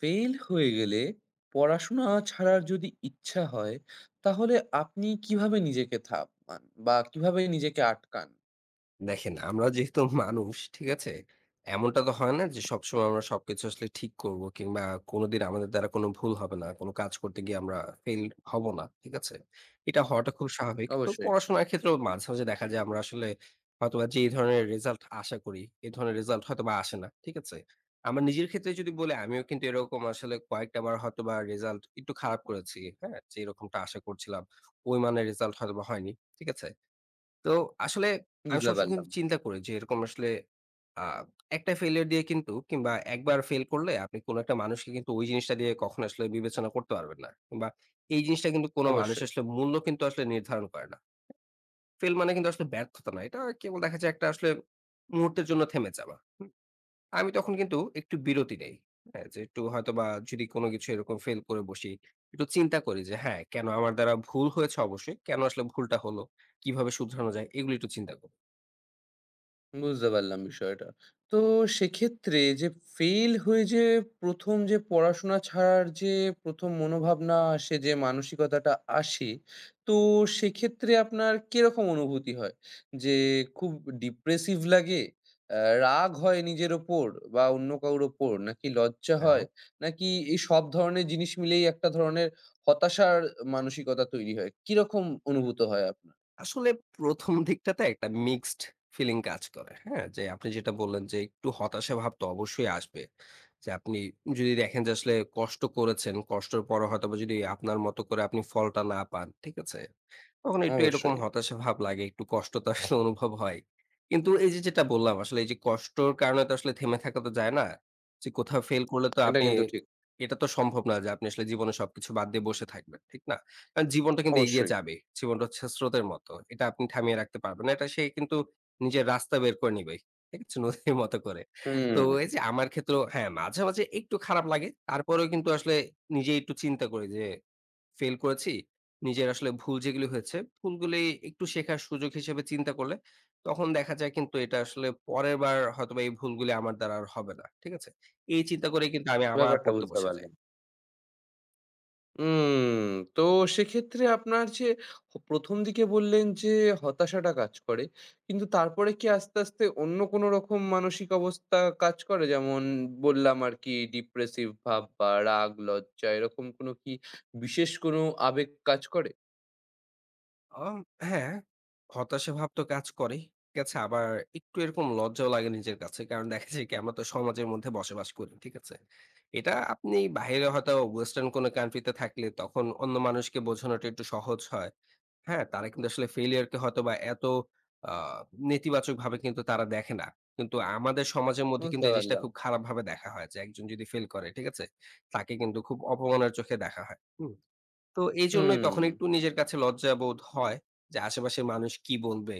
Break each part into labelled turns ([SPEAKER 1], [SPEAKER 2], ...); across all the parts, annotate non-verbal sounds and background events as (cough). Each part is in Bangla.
[SPEAKER 1] ফেল হয়ে গেলে পড়াশোনা ছাড়ার যদি ইচ্ছা হয়, তাহলে আপনি কিভাবে নিজেকে থামান বা কিভাবে নিজেকে আটকান?
[SPEAKER 2] দেখেন, আমরা যেহেতু মানুষ, ঠিক আছে? এমনটা তো হয় না যে সবসময় আমরা সবকিছু আসলে ঠিক করব কিংবা কোনদিন আমাদের দ্বারা কোন ভুল হবে না। কোন কাজ করতে গিয়ে আমরা ফেইল হব না। ঠিক আছে? এটা হওয়াটা খুব স্বাভাবিক। তো
[SPEAKER 1] অবশ্যই
[SPEAKER 2] পড়াশোনার ক্ষেত্রেও মাঝে, মাঝে দেখা যায় আমরা আসলে হয়তোবা যে এই ধরনের রেজাল্ট আশা করি, এ ধরনের রেজাল্ট হয়তোবা আসে না। ঠিক আছে? আমার নিজের ক্ষেত্রে যদি বলি আমিও কিন্তু এরকম আসলে কয়েকটা বার হয়তোবা রেজাল্ট একটু খারাপ করেছি। হ্যাঁ? যেরকমটা আশা করছিলাম ওই মানের রেজাল্ট হয়তোবা হয়নি। ঠিক আছে? তো আসলে আমি
[SPEAKER 1] বুঝতে
[SPEAKER 2] সবসময়
[SPEAKER 1] পারলাম।
[SPEAKER 2] কিন্তু চিন্তা করি যে এরকম আসলে আ একটা ফেইলিউর দিয়ে কিন্তু কিংবা একবার ফেইল করলে আপনি কোনো একটা মানুষকে কিন্তু ওই জিনিসটা দিয়ে কখনো আসলে বিবেচনা করতে পারবেন না। কিংবা এই জিনিসটা কিন্তু কোনো মানুষ
[SPEAKER 1] অবশ্যই।
[SPEAKER 2] আসলে মূল্য কিন্তু আসলে নির্ধারণ করে না। ফেইল মানে কিন্তু আসলে ব্যর্থতা না। এটা কেবল দেখা যায় একটা আসলে মুহূর্তের জন্য থেমে যাওয়া। হুম? আমি তখন কিন্তু একটু বিরতি নেই। হ্যাঁ, যে একটু হয়তোবা যদি কোনো কিছু এরকম ফেইল করে বসি, একটু চিন্তা করি যে হ্যাঁ, কেন আমার দ্বারা ভুল হয়েছে অবশ্যই। কেন আসলে ভুলটা হলো? কিভাবে শুধরানো যায়? এগুলো একটু চিন্তা করি।
[SPEAKER 1] বুঝতে পারলাম বিষয়টা। তো সেক্ষেত্রে যে ফেইল হয়ে যে ১ম যে পড়াশোনা ছাড়ার যে ১ম মনোভাবনা আসে, যে মানসিকতাটা আসে, তো সেক্ষেত্রে আপনার কিরকম অনুভূতি হয়? যে খুব ডিপ্রেসিভ লাগে? অ্যা রাগ হয় নিজের ওপর বা অন্য কারোর ওপর? নাকি লজ্জা
[SPEAKER 2] হ্যাঁ,
[SPEAKER 1] হয়? নাকি এই সব ধরনের জিনিস মিলেই একটা ধরনের হতাশার মানসিকতা তৈরি হয়? কিরকম অনুভূত হয় আপনার?
[SPEAKER 2] আসলে ১ম দিকটাতে একটা মিক্সড ফিলিং কাজ করে। হ্যাঁ? যে আপনি যেটা বললেন যে একটু হতাশা ভাব তো অবশ্যই আসবে। যে আপনি যদি দেখেন যে আসলে কষ্ট করেছেন, কষ্টর পরে হয়তোবা যদি আপনার মতো করে আপনি ফলটা না পান, ঠিক আছে? তখন একটু এরকম
[SPEAKER 1] অবশ্যই।
[SPEAKER 2] হতাশা ভাব লাগে, একটু কষ্ট তো আসলে অনুভব হয়। কিন্তু এই যে যেটা বললাম আসলে এই যে কষ্টর কারণে তো আসলে থেমে থাকা তো যায় না। যে কোথাও ফেল করলে তো
[SPEAKER 1] এটা
[SPEAKER 2] আপনি
[SPEAKER 1] কিন্তু ঠিক।
[SPEAKER 2] এটা তো সম্ভব না যে আপনি আসলে জীবনে সবকিছু বাদ দিয়ে বসে থাকবেন। ঠিক না? জীবনটা কিন্তু এগিয়ে
[SPEAKER 1] অবশ্যই।
[SPEAKER 2] যাবে। জীবনটা হচ্ছে স্রোতের মতো। এটা আপনি থামিয়ে রাখতে পারবেন না। এটা সে কিন্তু নিজের রাস্তা বের করে নিবেই। ঠিক আছে? নদীর মতো করে। তো
[SPEAKER 1] হুম।
[SPEAKER 2] এই যে আমার ক্ষেত্রেও হ্যাঁ, মাঝে, মাঝে একটু খারাপ লাগে। তারপরেও কিন্তু আসলে নিজেই একটু চিন্তা করি যে ফেইল করেছি। নিজের আসলে ভুল যেগুলি হয়েছে, ভুলগুলি একটু শেখার সুযোগ হিসেবে চিন্তা করলে, তখন দেখা যায় কিন্তু এটা আসলে পরের বার হয়তোবা এই ভুলগুলি আমার দ্বারা আর হবে না। ঠিক আছে? এই চিন্তা করেই কিন্তু আমি আবার
[SPEAKER 1] ব্যাপারটা
[SPEAKER 2] পড়তে
[SPEAKER 1] বুঝতে
[SPEAKER 2] বসে যাই।
[SPEAKER 1] পারলাম। উম তো সেক্ষেত্রে আপনার যে ১ম দিকে বললেন যে হতাশাটা কাজ করে। কিন্তু তারপরে কি আস্তে, আস্তে অন্য কোনো রকম মানসিক অবস্থা কাজ করে? যেমন বললাম আরকি ডিপ্রেসিভ ভাব বা রাগ, লজ্জা এরকম কোনো কি বিশেষ কোনো আবেগ কাজ করে?
[SPEAKER 2] আম হ্যাঁ, হতাশা ভাব তো কাজ করে। ঠিক আছে? আবার একটু এরকম লজ্জাও লাগে নিজের কাছে। কারণ দেখা যায় কি আমরা তো সমাজের মধ্যে বসবাস করি। ঠিক আছে? এটা আপনি বাহিরে হয়তো ওয়েসটার্ন কোনো কান্ট্রি তে থাকলে তখন অন্য মানুষকে বোঝানোটা একটু সহজ হয়। হ্যাঁ? তারা কিন্তু আসলে ফেইলিউর কে হয়তোবা এত আ নেতিবাচকভাবে কিন্তু তারা দেখে না। কিন্তু আমাদের সমাজের মধ্যে
[SPEAKER 1] বুঝতে
[SPEAKER 2] কিন্তু এই জিনিসটা
[SPEAKER 1] পারলাম।
[SPEAKER 2] খুব খারাপভাবে দেখা হয় যে একজন যদি ফেইল করে, ঠিক আছে? তাকে কিন্তু খুব অপমানের চোখে দেখা হয়। হুম? তো এইজন্যই
[SPEAKER 1] হুম।
[SPEAKER 2] তখন একটু নিজের কাছে লজ্জাবোধ হয় যে আশেপাশের মানুষ কি বলবে?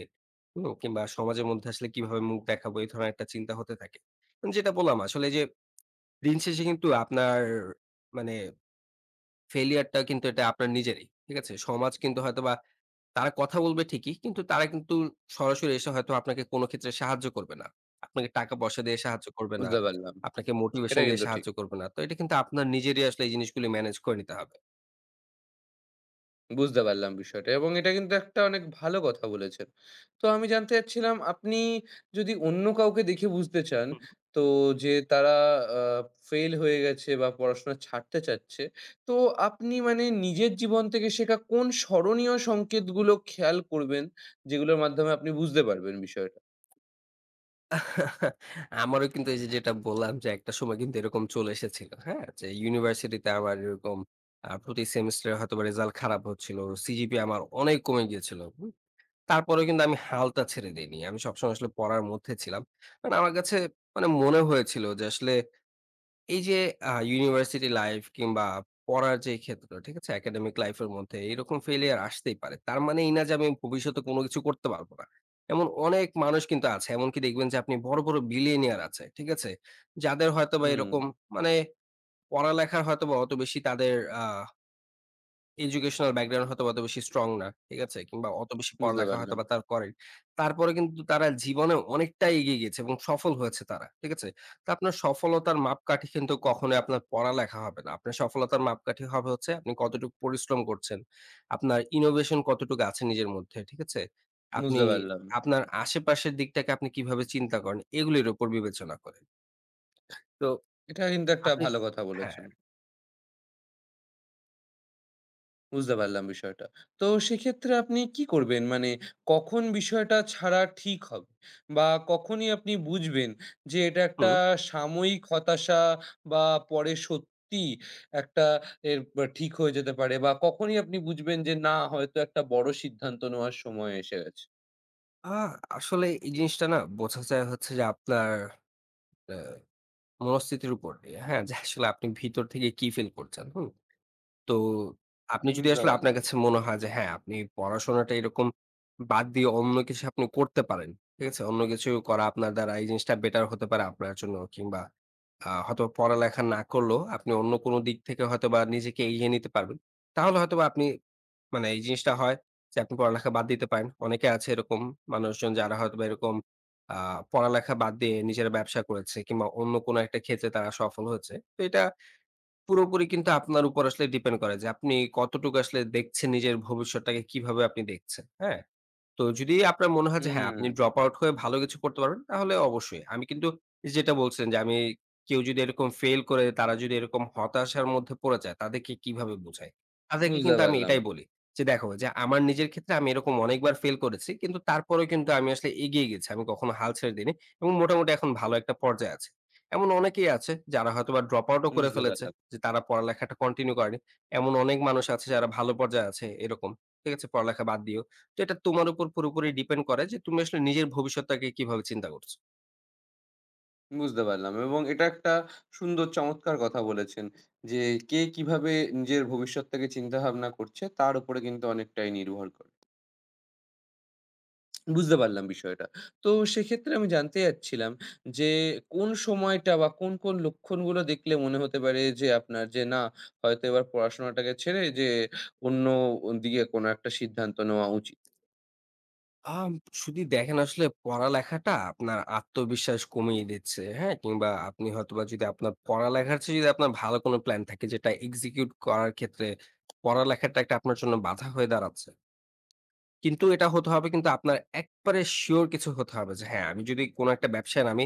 [SPEAKER 2] হুম? কিংবা সমাজের মধ্যে আসলে কিভাবে মুখ দেখাবো? এই ধরনের একটা চিন্তা হতে থাকে। কিন্তু যেটা বললাম আসলে যে দিন শেষে কিন্তু আপনার মানে failure টা কিন্তু এটা আপনার নিজেরই। ঠিক আছে? সমাজ কিন্তু হয়তোবা তারা কথা বলবে ঠিকই, কিন্তু তারা কিন্তু সরাসরি এসে হয়তো আপনাকে কোনো ক্ষেত্রে সাহায্য করবে না। আপনাকে টাকা-পয়সা দিয়ে সাহায্য করবে না।
[SPEAKER 1] বুঝতে পারলাম।
[SPEAKER 2] আপনাকে
[SPEAKER 1] এটা
[SPEAKER 2] মোটিভেশন দিয়ে
[SPEAKER 1] কিন্তু ঠিক।
[SPEAKER 2] সাহায্য করবে না। তো এটা কিন্তু আপনার নিজেরই আসলে এই জিনিসগুলো ম্যানেজ করে নিতে হবে।
[SPEAKER 1] বুঝতে পারলাম বিষয়টা এবং এটা কিন্তু একটা অনেক ভালো কথা বলেছেন। তো আমি জানতে চাচ্ছিলাম আপনি যদি অন্য কাউকে দেখে বুঝতে চান,
[SPEAKER 2] হুম।
[SPEAKER 1] তো যে তারা আ ফেইল হয়ে গেছে বা পড়াশোনা ছাড়তে চাচ্ছে, তো আপনি মানে নিজের জীবন থেকে শেখা কোন স্মরণীয় সংকেতগুলো খেয়াল করবেন, যেগুলোর মাধ্যমে আপনি বুঝতে পারবেন বিষয়টা?
[SPEAKER 2] আমারও কিন্তু এই যে যেটা বললাম যে একটা সময় কিন্তু এরকম চলে এসেছিল। হ্যাঁ? যে ইউনিভার্সিটিতে আমার এরকম প্রতি সেমেস্টারে হয়তোবা রেজাল্ট খারাপ হচ্ছিল। CGPA আমার অনেক কমে গিয়েছিল। হুম? তারপরেও কিন্তু আমি হালটা ছেড়ে দেইনি। আমি সবসময় আসলে পড়ার মধ্যে ছিলাম। কারণ আমার কাছে মানে মনে হয়েছিল যে আসলে এই যে ইউনিভার্সিটি লাইফ কিংবা পড়ার যে ক্ষেত্র, ঠিক আছে? একাডেমিক লাইফ এর মধ্যে এরকম ফেইলিউর আসতেই পারে। তার মানে এই না যে আমি ভবিষ্যতে কোনো কিছু করতে পারব না। এমন অনেক মানুষ কিন্তু আছে। এমনকি দেখবেন যে আপনি বড়, বড় বিলিয়নিয়ার আছে, ঠিক আছে? যাদের হয়তোবা
[SPEAKER 1] হুম,
[SPEAKER 2] এরকম মানে পড়ালেখার হয়তোবা অত বেশি তাদের আ এডুকেশনাল ব্যাকগ্রাউন্ড হয়তোবা অত বেশি স্ট্রং না। ঠিক আছে? কিংবা অত বেশি
[SPEAKER 1] বুঝতে
[SPEAKER 2] পড়ালেখা
[SPEAKER 1] পারলাম,
[SPEAKER 2] হয়তোবা তারা করেন। তারপরে কিন্তু তারা জীবনে অনেকটাই এগিয়ে গিয়েছে এবং সফল হয়েছে তারা। ঠিক আছে? তো আপনার সফলতার মাপকাঠি কিন্তু কখনোই আপনার পড়ালেখা হবে না। আপনার সফলতার মাপকাঠি হবে হচ্ছে আপনি কতটুকু পরিশ্রম করছেন। আপনার ইনোভেশন কতটুকু আছে নিজের মধ্যে। ঠিক আছে? আপনি
[SPEAKER 1] বুঝতে পারলাম।
[SPEAKER 2] আপনার আশেপাশের দিকটাকে আপনি কিভাবে চিন্তা করেন এগুলির উপর বিবেচনা করে। তো
[SPEAKER 1] এটা কিন্তু একটা
[SPEAKER 2] আপনি
[SPEAKER 1] ভালো কথা
[SPEAKER 2] হ্যাঁ,
[SPEAKER 1] বলেছেন। বুঝতে পারলাম বিষয়টা। তো সেক্ষেত্রে আপনি কি করবেন? মানে কখন বিষয়টা ছাড়া ঠিক হবে? বা কখনই আপনি বুঝবেন যে এটা একটা
[SPEAKER 2] হুম।
[SPEAKER 1] সাময়িক হতাশা বা পরে সত্যি একটা এর বা ঠিক হয়ে যেতে পারে বা কখনই আপনি বুঝবেন যে না হয়তো একটা বড় সিদ্ধান্ত নেওয়ার সময় এসে গেছে?
[SPEAKER 2] আ আসলে এই জিনিসটা না বোঝা যায় হচ্ছে যে আপনার আ মনস্থিতির উপর দিয়ে। হ্যাঁ, যে আসলে আপনি ভিতর থেকে কি ফিল করছেন। হুম? তো আপনি যদি
[SPEAKER 1] বুঝতে
[SPEAKER 2] আসলে আপনার
[SPEAKER 1] পারলাম।
[SPEAKER 2] কাছে মনে হয় যে হ্যাঁ, আপনি পড়াশোনাটা এরকম বাদ দিয়ে অন্য কিছু আপনি করতে পারেন। ঠিক আছে? অন্য কিছু করা আপনার দ্বারা এই জিনিসটা বেটার হতে পারে আপনার জন্য কিংবা হয়তোবা পড়ালেখা না করলেও আপনি অন্য কোনো দিক থেকে হয়তোবা নিজেকে এগিয়ে নিতে পারবেন। তাহলে হয়তোবা আপনি মানে এই জিনিসটা হয় যে আপনি পড়ালেখা বাদ দিতে পারেন। অনেকে আছে এরকম মানুষজন যারা হয়তোবা এরকম আ পড়ালেখা বাদ দিয়ে নিজেরা ব্যবসা করেছে কিংবা অন্য কোনো একটা ক্ষেত্রে তারা সফল হয়েছে। তো এটা পুরোপুরি কিন্তু আপনার উপর আসলে ডিপেন্ড করে যে আপনি কতটুকু আসলে দেখছেন নিজের ভবিষ্যৎটাকে কিভাবে আপনি দেখছেন। হ্যাঁ? তো যদি আপনার মনে হয় যে হ্যাঁ,
[SPEAKER 1] হুম,
[SPEAKER 2] আপনি ড্রপ আউট হয়ে ভালো কিছু করতে পারবেন, তাহলে অবশ্যই। আমি কিন্তু এই যেটা বলছিলেন যে আমি কেউ যদি এরকম ফেইল করে, তারা যদি এরকম হতাশার মধ্যে পড়ে যায়, তাদেরকে কিভাবে বোঝাই? তাদেরকে
[SPEAKER 1] বুঝতে
[SPEAKER 2] কিন্তু আমি
[SPEAKER 1] পারলাম,
[SPEAKER 2] এটাই বলি যে, "দেখো যে আমার নিজের ক্ষেত্রে আমি এরকম অনেকবার ফেইল করেছি। কিন্তু তারপরেও কিন্তু আমি আসলে এগিয়ে গেছি। আমি কখনো হাল ছেড়ে দিইনি এবং মোটামুটি এখন ভালো একটা পর্যায়ে আছি।" এমন অনেকেই আছে যারা হয়তোবা ড্রপ আউটও করে
[SPEAKER 1] বুঝতে
[SPEAKER 2] ফেলেছে
[SPEAKER 1] পারলাম।
[SPEAKER 2] যে তারা পড়ালেখাটা কন্টিনিউ করেনি। এমন অনেক মানুষ আছে যারা ভালো পর্যায়ে আছে এরকম। ঠিক আছে? পড়ালেখা বাদ দিয়েও। তো এটা তোমার উপর পুরোপুরি ডিপেন্ড করে যে তুমি আসলে নিজের ভবিষ্যৎটাকে কিভাবে চিন্তা করছো।
[SPEAKER 1] বুঝতে পারলাম এবং এটা একটা সুন্দর চমৎকার কথা বলেছেন যে, কে কিভাবে নিজের ভবিষ্যৎটাকে চিন্তাভাবনা করছে তার উপরে কিন্তু অনেকটাই নির্ভর করে। বুঝতে পারলাম বিষয়টা। তো সেক্ষেত্রে আমি জানতে চাচ্ছিলাম যে, কোন সময়টা বা কোন, কোন লক্ষণগুলো দেখলে মনে হতে পারে যে আপনার যে না হয়তো এবার পড়াশোনাটাকে ছেড়ে যে অন্য দিকে কোনো একটা সিদ্ধান্ত নেওয়া উচিত?
[SPEAKER 2] আম যদি দেখেন আসলে পড়ালেখাটা আপনার আত্মবিশ্বাস কমিয়ে দিচ্ছে, হ্যাঁ? কিংবা আপনি হয়তোবা যদি আপনার পড়ালেখার চেয়ে যদি আপনার ভালো কোনো প্ল্যান থাকে যেটা এক্সিকিউট করার ক্ষেত্রে পড়ালেখাটা একটা আপনার জন্য বাধা হয়ে দাঁড়াচ্ছে। কিন্তু এটা হতে হবে কিন্তু আপনার একবারে সিউর কিছু হতে হবে যে হ্যাঁ, আমি যদি কোন একটা ব্যবসায় নামি,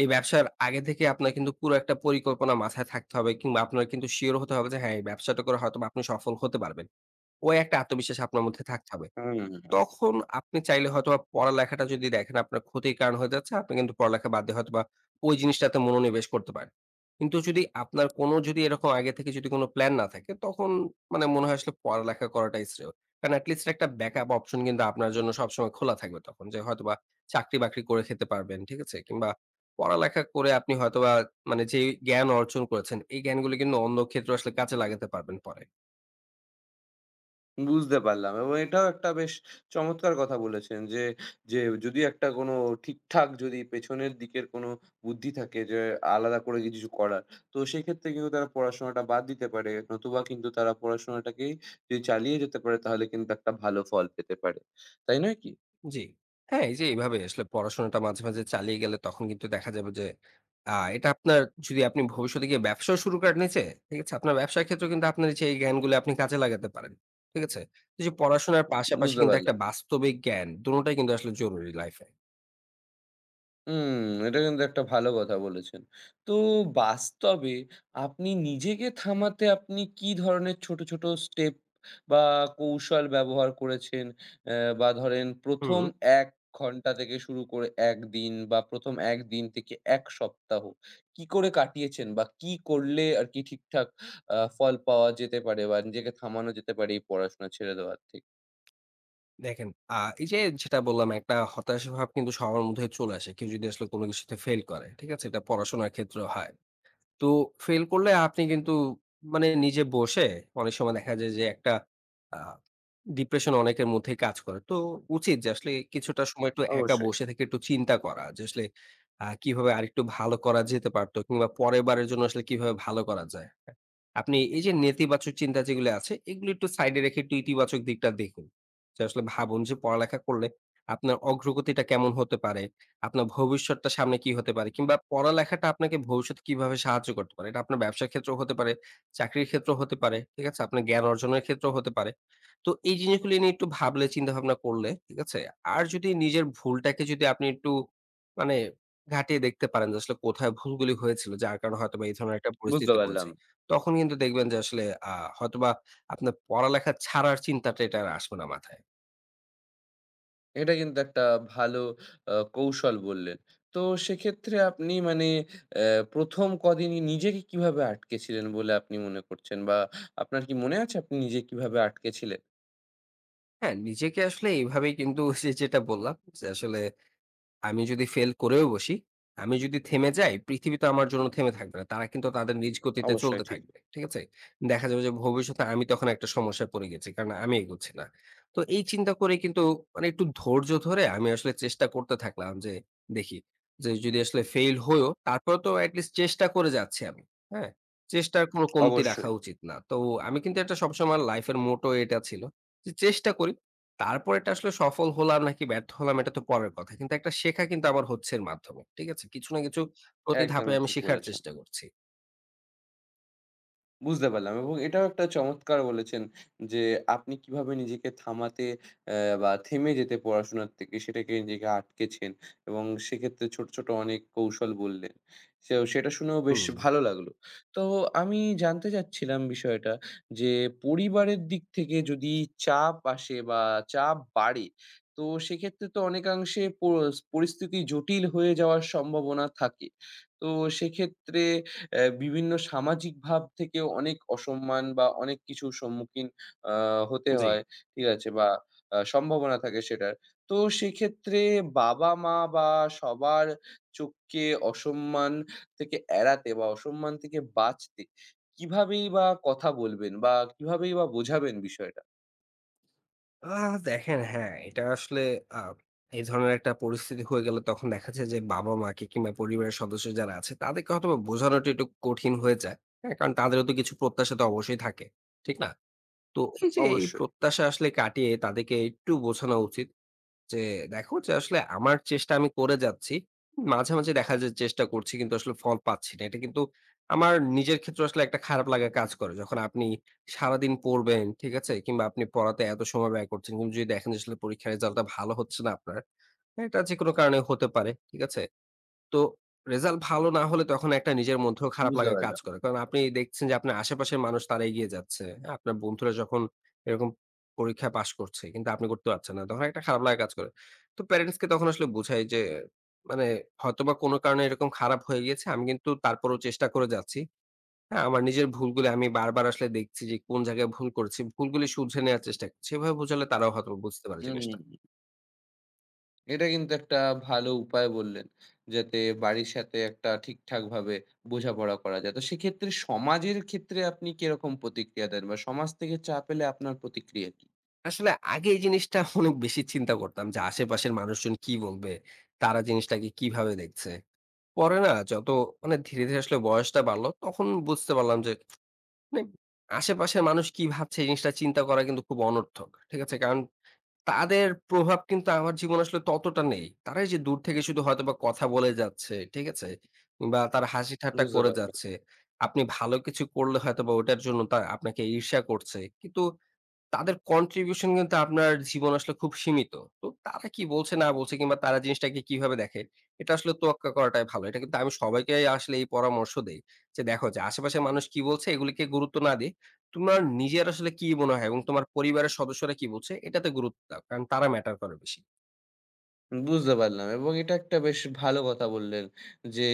[SPEAKER 2] এই ব্যবসার আগে থেকে আপনার কিন্তু পুরো একটা পরিকল্পনা মাথায় থাকতে হবে কিংবা আপনার কিন্তু সিউর হতে হবে যে হ্যাঁ, এই ব্যবসাটা করে হয়তোবা আপনি সফল হতে পারবেন। ওই একটা আত্মবিশ্বাস আপনার মধ্যে থাকতে হবে।
[SPEAKER 1] হুম।
[SPEAKER 2] তখন আপনি চাইলে হয়তোবা পড়ালেখাটা যদি দেখেন আপনার ক্ষতির কারণ হয়ে যাচ্ছে, আপনি কিন্তু পড়ালেখা বাদ দিয়ে হয়তোবা ওই জিনিসটাতে মনোনিবেশ করতে পারেন। কিন্তু যদি আপনার কোনো যদি এরকম আগে থেকে যদি কোনো প্ল্যান না থাকে, তখন মানে মনে হয় আসলে পড়ালেখা করাটাই শ্রেয়। কারণ এট লিস্ট একটা ব্যাকআপ অপশন কিন্তু আপনার জন্য সবসময় খোলা থাকবে তখন। যে হয়তোবা চাকরি-বাকরি করে খেতে পারবেন, ঠিক আছে? কিংবা পড়ালেখা করে আপনি হয়তোবা মানে যেই জ্ঞান অর্জন করেছেন, এই জ্ঞানগুলো কিন্তু অন্য ক্ষেত্রেও আসলে কাজে লাগাতে পারবেন পরে।
[SPEAKER 1] বুঝতে পারলাম এবং এটাও একটা বেশ চমৎকার কথা বলেছেন যে, যে যদি একটা কোনো ঠিকঠাক যদি পেছনের দিকের কোনো বুদ্ধি থাকে যে আলাদা করে কিছু করার, তো সেক্ষেত্রে কিন্তু তারা পড়াশোনাটা বাদ দিতে পারে। নতুবা কিন্তু তারা পড়াশোনাটাকেই যদি চালিয়ে যেতে পারে তাহলে কিন্তু একটা ভালো ফল পেতে পারে। তাই নয় কি?
[SPEAKER 2] জি। হ্যাঁ, এই যে এইভাবে আসলে পড়াশোনাটা মাঝে, মাঝে চালিয়ে গেলে তখন কিন্তু দেখা যাবে যে এটা আপনার যদি আপনি ভবিষ্যতে গিয়ে ব্যবসাও শুরু করেন নিজে, ঠিক আছে? আপনার ব্যবসার ক্ষেত্রেও কিন্তু আপনার এই যে এই জ্ঞানগুলো আপনি কাজে লাগাতে পারেন। ঠিক আছে? এই যে পড়াশোনার পাশাপাশি
[SPEAKER 1] বুঝতে
[SPEAKER 2] কিন্তু একটা
[SPEAKER 1] পারলাম।
[SPEAKER 2] বাস্তবিক জ্ঞান দোনোটাই কিন্তু আসলে জরুরি লাইফে।
[SPEAKER 1] হুম, এটা কিন্তু একটা ভালো কথা বলেছেন। তো বাস্তবে আপনি নিজেকে থামাতে আপনি কি ধরনের ছোট, ছোট স্টেপ বা কৌশল ব্যবহার করেছেন? বা ধরেন
[SPEAKER 2] হুম।
[SPEAKER 1] ১ম ১ ঘন্টা থেকে শুরু করে ১ দিন বা ১ম ১ দিন থেকে ১ সপ্তাহ কি করে কাটিয়েছেন? বা কি করলে আরকি ঠিকঠাক ফল পাওয়া যেতে পারে বা নিজেকে থামানো যেতে পারে এই পড়াশোনা ছেড়ে দেওয়ার থেকে?
[SPEAKER 2] দেখেন এই যে যেটা বললাম একটা হতাশা ভাব কিন্তু সবার মধ্যে চলে আসে। কেউ যদি আসলে কোনো কিছুতে ফেইল করে। ঠিক আছে? এটা পড়াশোনার ক্ষেত্রেও হয়। তো ফেইল করলে আপনি কিন্তু মানে নিজে বসে অনেক সময় দেখা যায় যে একটা আ ডিপ্রেশন অনেকের মধ্যেই কাজ করে। তো উচিত যে আসলে কিছুটা সময় একটু একা
[SPEAKER 1] অবশ্যই।
[SPEAKER 2] বসে থেকে একটু চিন্তা করা যে আসলে কিভাবে আরেকটু ভালো করা যেতে পারতো কিংবা পরের বারের জন্য আসলে কিভাবে ভালো করা যায়। হ্যাঁ? আপনি এই যে নেতিবাচক চিন্তা যেগুলো আছে এগুলো একটু সাইডে রেখে একটু ইতিবাচক দিকটা দেখুন। যে আসলে ভাবুন যে পড়ালেখা করলে আপনার অগ্রগতিটা কেমন হতে পারে? আপনার ভবিষ্যৎটা সামনে কি হতে পারে কিংবা পড়ালেখাটা আপনাকে ভবিষ্যতে কিভাবে সাহায্য করতে পারে। এটা আপনার ব্যবসার ক্ষেত্রেও হতে পারে, চাকরির ক্ষেত্রেও হতে পারে। ঠিক আছে? আপনার জ্ঞান অর্জনের ক্ষেত্রেও হতে পারে। তো এই জিনিসগুলো নিয়ে একটু ভাবলে, চিন্তাভাবনা করলে, ঠিক আছে? আর যদি নিজের ভুলটাকে যদি আপনি একটু মানে ঘাঁটিয়ে দেখতে পারেন যে আসলে কোথায় ভুলগুলি হয়েছিল যার কারণে হয়তোবা এই ধরনের একটা
[SPEAKER 1] বুঝতে
[SPEAKER 2] পরিস্থিতিতে
[SPEAKER 1] পারলাম।
[SPEAKER 2] পড়েছি। তখন কিন্তু দেখবেন যে আসলে আ হয়তোবা আপনার পড়ালেখা ছাড়ার চিন্তাটা এটা আর আসবে না মাথায়।
[SPEAKER 1] এটা কিন্তু একটা ভালো কৌশল বললেন। তো সেক্ষেত্রে আপনি মানে অ্যা ১ম কদিনই নিজেকে কিভাবে আটকেছিলেন বলে আপনি মনে করছেন? বা আপনার কি মনে আছে আপনি নিজে কিভাবে আটকেছিলেন?
[SPEAKER 2] হ্যাঁ? নিজেকে আসলে এইভাবেই কিন্তু (laughs) যে যেটা বললাম যে আসলে আমি যদি ফেল করেও বসি, আমি যদি থেমে যাই, পৃথিবী তো আমার জন্য থেমে থাকবে না। তারা কিন্তু তাদের নিজ গতিতে
[SPEAKER 1] অবশ্যই
[SPEAKER 2] চলতে
[SPEAKER 1] ঠিক।
[SPEAKER 2] থাকবে। ঠিক আছে? দেখা যাবে যে ভবিষ্যতে আমি তখন একটা সমস্যায় পড়ে গেছি। কারণ আমি এগোচ্ছি না। তো এই চিন্তা করে কিন্তু মানে একটু ধৈর্য ধরে আমি আসলে চেষ্টা করতে থাকলাম যে দেখি যে যদি আসলে ফেইল হইও তারপরে তো এট লিস্ট চেষ্টা করে যাচ্ছি আমি। হ্যাঁ? চেষ্টার কোনো কমতি রাখা
[SPEAKER 1] অবশ্যই,
[SPEAKER 2] উচিত না। তো আমি কিন্তু এটা সবসময় লাইফ এর মোটো এটা ছিল যে চেষ্টা করি। তারপর এটা আসলে সফল হলাম নাকি ব্যর্থ হলাম এটা তো পরের কথা। কিন্তু একটা শেখা কিন্তু আমার হচ্ছে এর মাধ্যমে। ঠিক আছে? কিছু না কিছু প্রতি ধাপে
[SPEAKER 1] একদমই
[SPEAKER 2] আমি
[SPEAKER 1] ঠিক
[SPEAKER 2] শেখার
[SPEAKER 1] বলেছেন।
[SPEAKER 2] চেষ্টা করছি।
[SPEAKER 1] বুঝতে পারলাম এবং এটাও একটা চমৎকার বলেছেন যে আপনি কিভাবে নিজেকে থামাতে বা থেমে যেতে পড়াশোনার থেকে সেটাকে নিজেকে আটকেছেন এবং সেক্ষেত্রে ছোট, ছোট অনেক কৌশল বললেন। সো সেটা শুনেও বেশ
[SPEAKER 2] হুম,
[SPEAKER 1] ভালো লাগলো। তো আমি জানতে চাচ্ছিলাম বিষয়টা যে পরিবারের দিক থেকে যদি চাপ আসে বা চাপ বাড়ে, তো সেক্ষেত্রে তো অনেকাংশে পরিস্থিতি জটিল হয়ে যাওয়ার সম্ভাবনা থাকে। তো সেক্ষেত্রে বিভিন্ন সামাজিক ভাব থেকেও অনেক অসম্মান বা অনেক কিছুর সম্মুখীন আ হতে
[SPEAKER 2] জি।
[SPEAKER 1] হয়। ঠিক আছে? বা সম্ভাবনা থাকে সেটার। তো সেক্ষেত্রে বাবা-মা বা সবার চোখকে অসম্মান থেকে এড়াতে বা অসম্মান থেকে বাঁচতে কিভাবেই বা কথা বলবেন বা কিভাবেই বা বোঝাবেন বিষয়টা?
[SPEAKER 2] আ দেখেন হ্যাঁ, এটা আসলে আ এই ধরনের একটা পরিস্থিতি হয়ে গেলে তখন দেখা যায় যে বাবা-মাকে কিংবা পরিবারের সদস্য যারা আছে তাদেরকে হয়তোবা বোঝানোটা একটু কঠিন হয়ে যায়। হ্যাঁ? কারণ তাদেরও তো কিছু প্রত্যাশা তো অবশ্যই থাকে। ঠিক না? তো এই যে এই
[SPEAKER 1] অবশ্যই,
[SPEAKER 2] প্রত্যাশা আসলে কাটিয়ে তাদেরকে একটু বোঝানো উচিত। যে দেখো যে আসলে আমার চেষ্টা আমি করে যাচ্ছি। মাঝে, মাঝে দেখা যায় চেষ্টা করছি কিন্তু আসলে ফল পাচ্ছি না। এটা কিন্তু আমার নিজের ক্ষেত্রে আসলে একটা খারাপ লাগা কাজ করে। যখন আপনি সারাদিন পড়বেন, ঠিক আছে? কিংবা আপনি পড়াতে এত সময় ব্যয় করছেন। কিন্তু যদি দেখেন যে আসলে পরীক্ষার রেজাল্টটা ভালো হচ্ছে না আপনার, হ্যাঁ? এটা যেকোনো কারণে হতে পারে। ঠিক আছে? তো রেজাল্ট ভালো না হলে তখন একটা নিজের মধ্যেও খারাপ
[SPEAKER 1] বুঝতে
[SPEAKER 2] লাগা কাজ
[SPEAKER 1] পারলাম।
[SPEAKER 2] করে। কারণ আপনি দেখছেন যে আপনার আশেপাশের মানুষ তারা এগিয়ে যাচ্ছে। আপনার বন্ধুরা যখন এরকম পরীক্ষায় পাস করছে কিন্তু আপনি করতে পারছেন না। তখন একটা খারাপ লাগা কাজ করে। তো প্যারেন্টস কে তখন আসলে বুঝাই যে মানে হয়তোবা কোনো কারণে এরকম খারাপ হয়ে গিয়েছে। আমি কিন্তু তারপরেও চেষ্টা করে যাচ্ছি। হ্যাঁ, আমার নিজের ভুলগুলো আমি বারবার আসলে দেখছি যে কোন জায়গায় ভুল করেছি। ভুলগুলি শুধরে নেওয়ার চেষ্টা করছি। এভাবে বোঝালে তারাও হয়তো বুঝতে পারে
[SPEAKER 1] হুম।
[SPEAKER 2] জিনিসটা।
[SPEAKER 1] এটা কিন্তু একটা ভালো উপায় বললেন। যাতে বাড়ির সাথে একটা ঠিকঠাকভাবে বোঝাপড়া করা যায়। তো সেক্ষেত্রে সমাজের ক্ষেত্রে আপনি কিরকম প্রতিক্রিয়া দেন? বা সমাজ থেকে চাপ এলে আপনার প্রতিক্রিয়া কি?
[SPEAKER 2] আসলে আগে এই জিনিসটা (laughs) অনেক বেশি চিন্তা করতাম যে আশেপাশের মানুষজন কি বলবে? তারা জিনিসটাকে কিভাবে দেখছে? পরে না যত মানে ধীরে, ধীরে আসলে বয়সটা বাড়লো তখন বুঝতে পারলাম যে মানে আশেপাশের মানুষ কি ভাবছে এই জিনিসটা চিন্তা করা কিন্তু খুব অনর্থক। ঠিক আছে? কারণ তাদের প্রভাব কিন্তু আমার জীবনে আসলে ততটা নেই। তারা এই যে দূর থেকে শুধু হয়তোবা কথা বলে যাচ্ছে। ঠিক আছে? কিংবা তারা হাসি ঠাট্টা
[SPEAKER 1] বুঝতে
[SPEAKER 2] করে
[SPEAKER 1] পারলাম।
[SPEAKER 2] যাচ্ছে। আপনি ভালো কিছু করলে হয়তোবা ওটার জন্য তা আপনাকে ঈর্ষা করছে। কিন্তু তাদের কন্ট্রিবিউশন কিন্তু আপনার জীবন আসলে খুব সীমিত। তো তারা কি বলছে না বলছে কিংবা তারা জিনিসটাকে কিভাবে দেখে, এটা আসলে তোয়াক্কা করাটাই ভালো। এটা কিন্তু আমি সবাইকে আসলে এই পরামর্শ দেই। যে দেখো যে আশেপাশের মানুষ কি বলছে এগুলিকে গুরুত্ব না দিয়ে, তোমার নিজের আসলে কি মনে হয় এবং তোমার পরিবারের সদস্যরা কি বলছে এটাতে গুরুত্ব দাও। কারণ তারা ম্যাটার করে বেশি।
[SPEAKER 1] বুঝতে পারলাম এবং এটা একটা বেশ ভালো কথা বললেন যে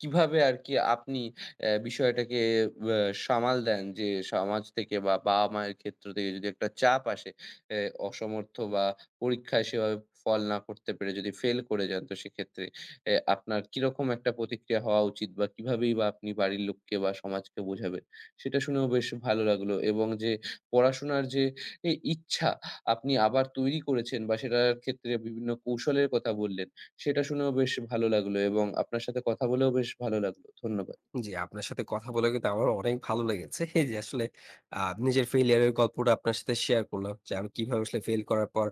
[SPEAKER 1] কিভাবে আর কি আপনি বিষয়টাকে ব্যা সামাল দেন যে সমাজ থেকে বা বাবা-মায়ের ক্ষেত্র থেকে যদি একটা চাপ আসে অ্যা অসমর্থ বা পরীক্ষায় সেভাবে ফল না করতে পেরে যদি ফেল করে যান তো সেক্ষেত্রে আপনার কিরকম একটা প্রতিক্রিয়া হওয়া উচিত বা কিভাবেই বা আপনি বাড়ির লোককে বা সমাজকে বোঝাবেন? সেটা শুনেও বেশ ভালো লাগলো এবং যে পড়াশোনার যে ইচ্ছা আপনি আবার তৈরি করেছেন বা সেটার ক্ষেত্রে বিভিন্ন কৌশলের কথা বললেন। সেটা শুনেও বেশ ভালো লাগলো এবং আপনার সাথে কথা বলেও বেশ ভালো লাগলো। ধন্যবাদ।
[SPEAKER 2] জি, আপনার সাথে কথা বলে কিন্তু আমারও অনেক ভালো লেগেছে। এই যে আসলে আ নিজের failure এর গল্পটা আপনার সাথে শেয়ার করলাম যে, আমি কিভাবে আসলে fail করার পর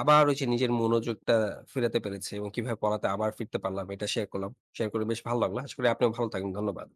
[SPEAKER 2] আবার ওই যে নিজের মনোযোগটা ফেরাতে পেরেছি এবং কিভাবে পড়াতে আবার ফিরতে পারলাম, এটা শেয়ার করলাম। শেয়ার করে বেশ ভালো লাগলো। আশা করি আপনিও ভালো থাকবেন। ধন্যবাদ।